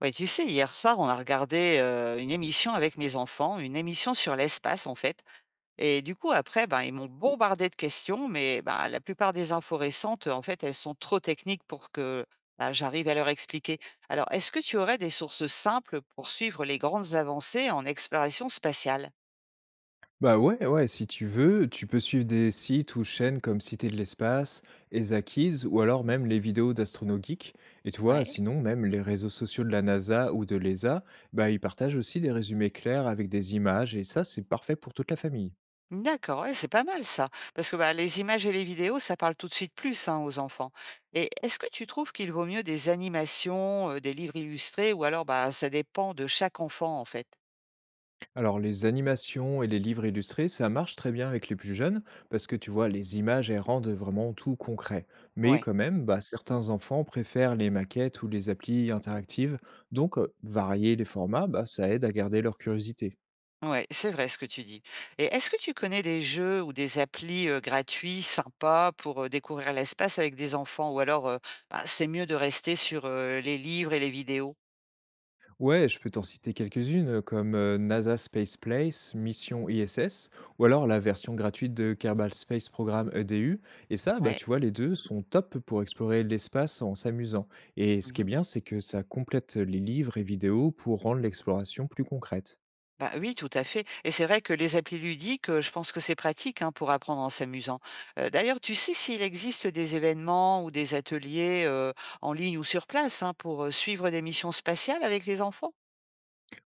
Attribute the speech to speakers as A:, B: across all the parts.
A: Ouais, tu sais, hier soir, on a regardé une émission avec mes enfants, une émission sur l'espace en fait. Et du coup, après, ben, ils m'ont bombardé de questions, mais ben, la plupart des infos récentes, en fait, elles sont trop techniques pour que ben, j'arrive à leur expliquer. Alors, est-ce que tu aurais des sources simples pour suivre les grandes avancées en exploration spatiale?
B: Bah, ouais, ouais, si tu veux, tu peux suivre des sites ou chaînes comme Cité de l'espace, ESA Kids ou alors même les vidéos d'Astrono Geek. Et tu vois,
A: Ouais.
B: sinon, même les réseaux sociaux de la NASA ou de l'ESA, bah, ils partagent aussi des résumés clairs avec des images et ça, c'est parfait pour toute la famille.
A: D'accord, ouais, c'est pas mal ça. Parce que bah, les images et les vidéos, ça parle tout de suite plus hein, aux enfants. Et est-ce que tu trouves qu'il vaut mieux des animations, des livres illustrés, ou alors bah, ça dépend de chaque enfant en fait?
B: Alors, les animations et les livres illustrés, ça marche très bien avec les plus jeunes parce que tu vois, les images, elles rendent vraiment tout concret. Mais
A: Ouais,
B: quand même, bah, certains enfants préfèrent les maquettes ou les applis interactives. Donc, varier les formats, bah, ça aide à garder leur curiosité.
A: ouais, c'est vrai ce que tu dis. Et est-ce que tu connais des jeux ou des applis gratuits, sympas, pour découvrir l'espace avec des enfants, ou alors bah, c'est mieux de rester sur les livres et les vidéos?
B: Ouais, je peux t'en citer quelques-unes, comme, NASA Space Place, Mission ISS ou alors la version gratuite de Kerbal Space Program EDU et ça, bah,
A: Ouais.
B: tu vois, les 2 sont top pour explorer l'espace en s'amusant et ce qui est bien, c'est que ça complète les livres et vidéos pour rendre l'exploration plus concrète.
A: Bah oui, tout à fait. Et c'est vrai que les applis ludiques, je pense que c'est pratique, hein, pour apprendre en s'amusant. D'ailleurs, tu sais s'il existe des événements ou des ateliers, en ligne ou sur place, hein, pour, suivre des missions spatiales avec les enfants?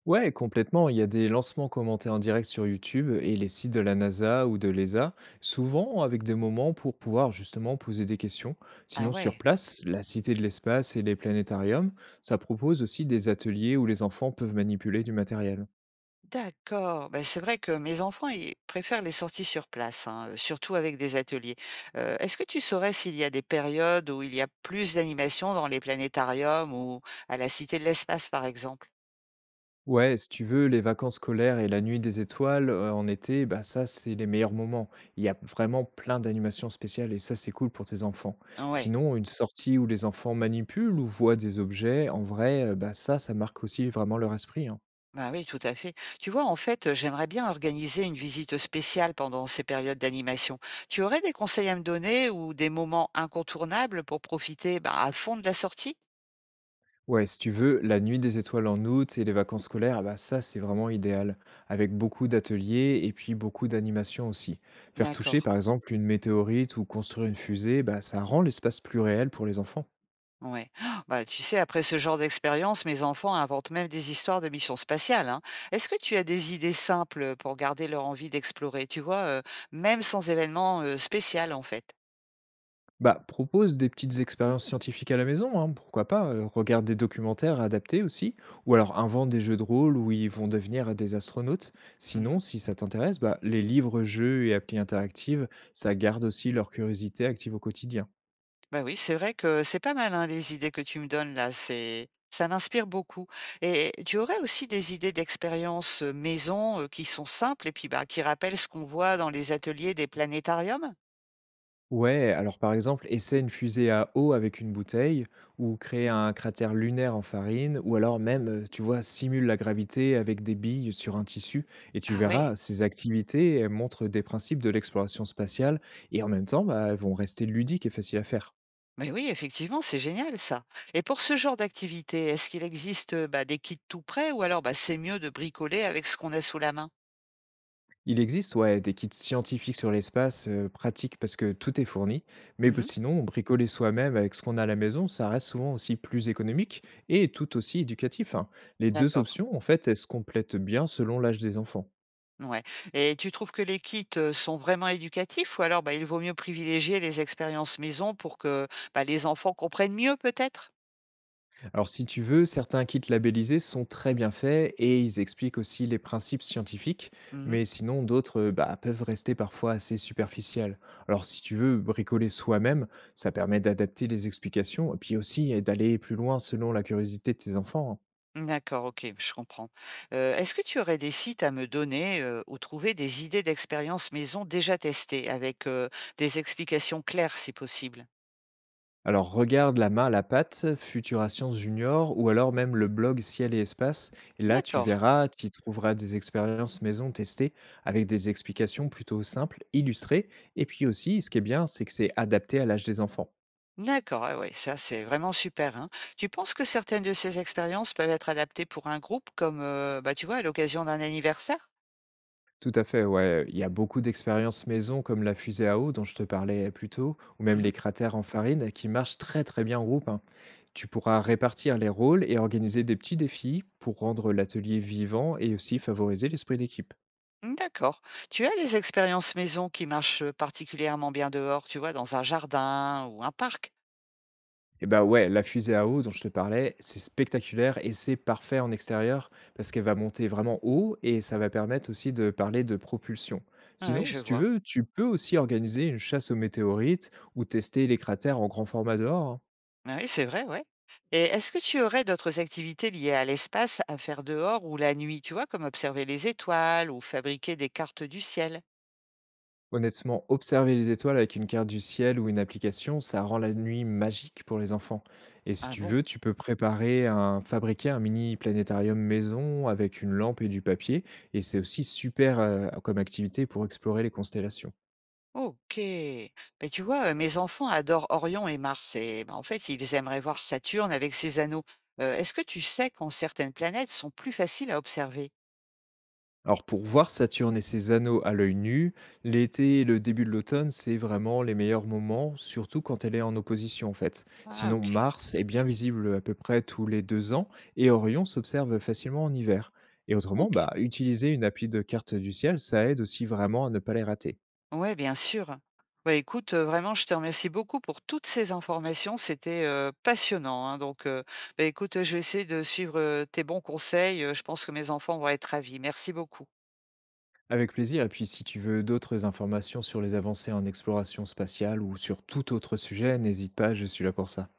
B: Ouais, complètement. Il y a des lancements commentés en direct sur YouTube et les sites de la NASA ou de l'ESA, souvent avec des moments pour pouvoir justement poser des questions.
A: Ah
B: Sinon, sur
A: ouais,
B: place, la Cité de l'espace et les planétariums, ça propose aussi des ateliers où les enfants peuvent manipuler du matériel.
A: d'accord. Ben c'est vrai que mes enfants, ils préfèrent les sorties sur place, hein, surtout avec des ateliers. Est-ce que tu saurais s'il y a des périodes où il y a plus d'animations dans les planétariums ou à la Cité de l'espace, par exemple?
B: Ouais, si tu veux, les vacances scolaires et la nuit des étoiles, en été, bah, ça, c'est les meilleurs moments. Il y a vraiment plein d'animations spéciales et ça, c'est cool pour tes enfants.
A: Ouais.
B: Sinon, une sortie où les enfants manipulent ou voient des objets, en vrai, bah, ça marque aussi vraiment leur esprit, hein.
A: Bah oui, tout à fait. Tu vois, en fait, j'aimerais bien organiser une visite spéciale pendant ces périodes d'animation. Tu aurais des conseils à me donner ou des moments incontournables pour profiter bah, à fond de la sortie?
B: Ouais, si tu veux, la nuit des étoiles en août et les vacances scolaires, bah, ça, c'est vraiment idéal, avec beaucoup d'ateliers et puis beaucoup d'animations aussi. Faire
A: D'accord.
B: toucher, par exemple, une météorite ou construire une fusée, bah, ça rend l'espace plus réel pour les enfants.
A: Ouais. Ah, bah, tu sais, après ce genre d'expérience, mes enfants inventent même des histoires de missions spatiales, hein. Est-ce que tu as des idées simples pour garder leur envie d'explorer, tu vois, même sans événement spécial, en fait?
B: Bah, propose des petites expériences scientifiques à la maison, hein, pourquoi pas. Regarde des documentaires adaptés aussi, ou alors invente des jeux de rôle où ils vont devenir des astronautes. Sinon, si ça t'intéresse, bah, les livres, jeux et applis interactives, ça garde aussi leur curiosité active au quotidien.
A: Bah oui, c'est vrai que c'est pas mal, hein, les idées que tu me donnes là, c'est ça m'inspire beaucoup. Et tu aurais aussi des idées d'expériences maison qui sont simples et puis bah qui rappellent ce qu'on voit dans les ateliers des planétariums?
B: Ouais, alors par exemple, essaie une fusée à eau avec une bouteille, ou crée un cratère lunaire en farine, ou alors même, tu vois, simule la gravité avec des billes sur un tissu, et tu
A: Ah
B: verras,
A: ouais.
B: ces activités, elles montrent des principes de l'exploration spatiale, et en même temps, bah, elles vont rester ludiques et faciles à faire.
A: Mais oui, effectivement, c'est génial ça. Et pour ce genre d'activité, est-ce qu'il existe bah, des kits tout prêts ou alors bah, c'est mieux de bricoler avec ce qu'on a sous la main?
B: Il existe, ouais, des kits scientifiques sur l'espace, pratiques parce que tout est fourni, mais b
A: Mhm.
B: sinon, bricoler soi-même avec ce qu'on a à la maison, ça reste souvent aussi plus économique et tout aussi éducatif, hein. Les deux
A: D'accord.
B: options, en fait, elles se complètent bien selon l'âge des enfants.
A: Ouais, et tu trouves que les kits, sont vraiment éducatifs ou alors, bah, il vaut mieux privilégier les expériences maison pour que, bah, les enfants comprennent mieux peut-être?
B: Alors, si tu veux, certains kits labellisés sont très bien faits et ils expliquent aussi les principes scientifiques,
A: Mmh.
B: mais sinon d'autres bah, peuvent rester parfois assez superficiels. Alors, si tu veux bricoler soi-même, ça permet d'adapter les explications et puis aussi d'aller plus loin selon la curiosité de tes enfants, hein.
A: D'accord, OK, je comprends. Est-ce que tu aurais des sites à me donner, où trouver des idées d'expériences maison déjà testées avec, des explications claires si possible?
B: Alors regarde La main à la pâte, Futuration Junior ou alors même le blog Ciel et espace. Et là, tu
A: D'accord,
B: verras, tu y trouveras des expériences maison testées avec des explications plutôt simples, illustrées. Et puis aussi, ce qui est bien, c'est que c'est adapté à l'âge des enfants.
A: d'accord, ah ouais, ça c'est vraiment super, hein. Tu penses que certaines de ces expériences peuvent être adaptées pour un groupe comme, bah, tu vois, à l'occasion d'un anniversaire?
B: Tout à fait, ouais. Il y a beaucoup d'expériences maison comme la fusée à eau dont je te parlais plus tôt, ou même les
A: Mmh.
B: cratères en farine qui marchent très très bien en groupe, hein. Tu pourras répartir les rôles et organiser des petits défis pour rendre l'atelier vivant et aussi favoriser l'esprit d'équipe.
A: Mmh, d'accord. Tu as des expériences maison qui marchent, particulièrement bien dehors, tu vois, dans un jardin ou un parc?
B: Et bah, ouais, la fusée à eau dont je te parlais, c'est spectaculaire et c'est parfait en extérieur parce qu'elle va monter vraiment haut et ça va permettre aussi de parler de propulsion.
A: Ouais, ouais,
B: Sinon,
A: je
B: si tu
A: vois.
B: veux, tu peux aussi organiser une chasse aux météorites ou tester les cratères en grand format dehors, hein.
A: Ah oui, c'est vrai, ouais. Et est-ce que tu aurais d'autres activités liées à l'espace à faire dehors ou la nuit, tu vois, comme observer les étoiles ou fabriquer des cartes du ciel?
B: Honnêtement, observer les étoiles avec une carte du ciel ou une application, ça rend la nuit magique pour les enfants. Et si
A: Ah
B: tu
A: bon?
B: veux, tu peux préparer fabriquer un mini planétarium maison avec une lampe et du papier. Et c'est aussi super comme activité pour explorer les constellations.
A: OK. Mais tu vois, mes enfants adorent Orion et Mars et bah, en fait, ils aimeraient voir Saturne avec ses anneaux. Est-ce que tu sais quand certaines planètes sont plus faciles à observer?
B: Alors pour voir Saturne et ses anneaux à l'œil nu, l'été et le début de l'automne, c'est vraiment les meilleurs moments, surtout quand elle est en opposition en fait.
A: Ah
B: Sinon,
A: OK.
B: Mars est bien visible à peu près tous les 2 ans et Orion s'observe facilement en hiver. Et autrement,
A: OK.
B: bah, utiliser une appli de carte du ciel, ça aide aussi vraiment à ne pas les rater.
A: Ouais, bien sûr. Bah, écoute, vraiment, je te remercie beaucoup pour toutes ces informations. C'était, passionnant, hein, donc, bah, écoute, je vais essayer de suivre, tes bons conseils, je pense que mes enfants vont être ravis. Merci beaucoup.
B: Avec plaisir, et puis si tu veux d'autres informations sur les avancées en exploration spatiale ou sur tout autre sujet, n'hésite pas, je suis là pour ça.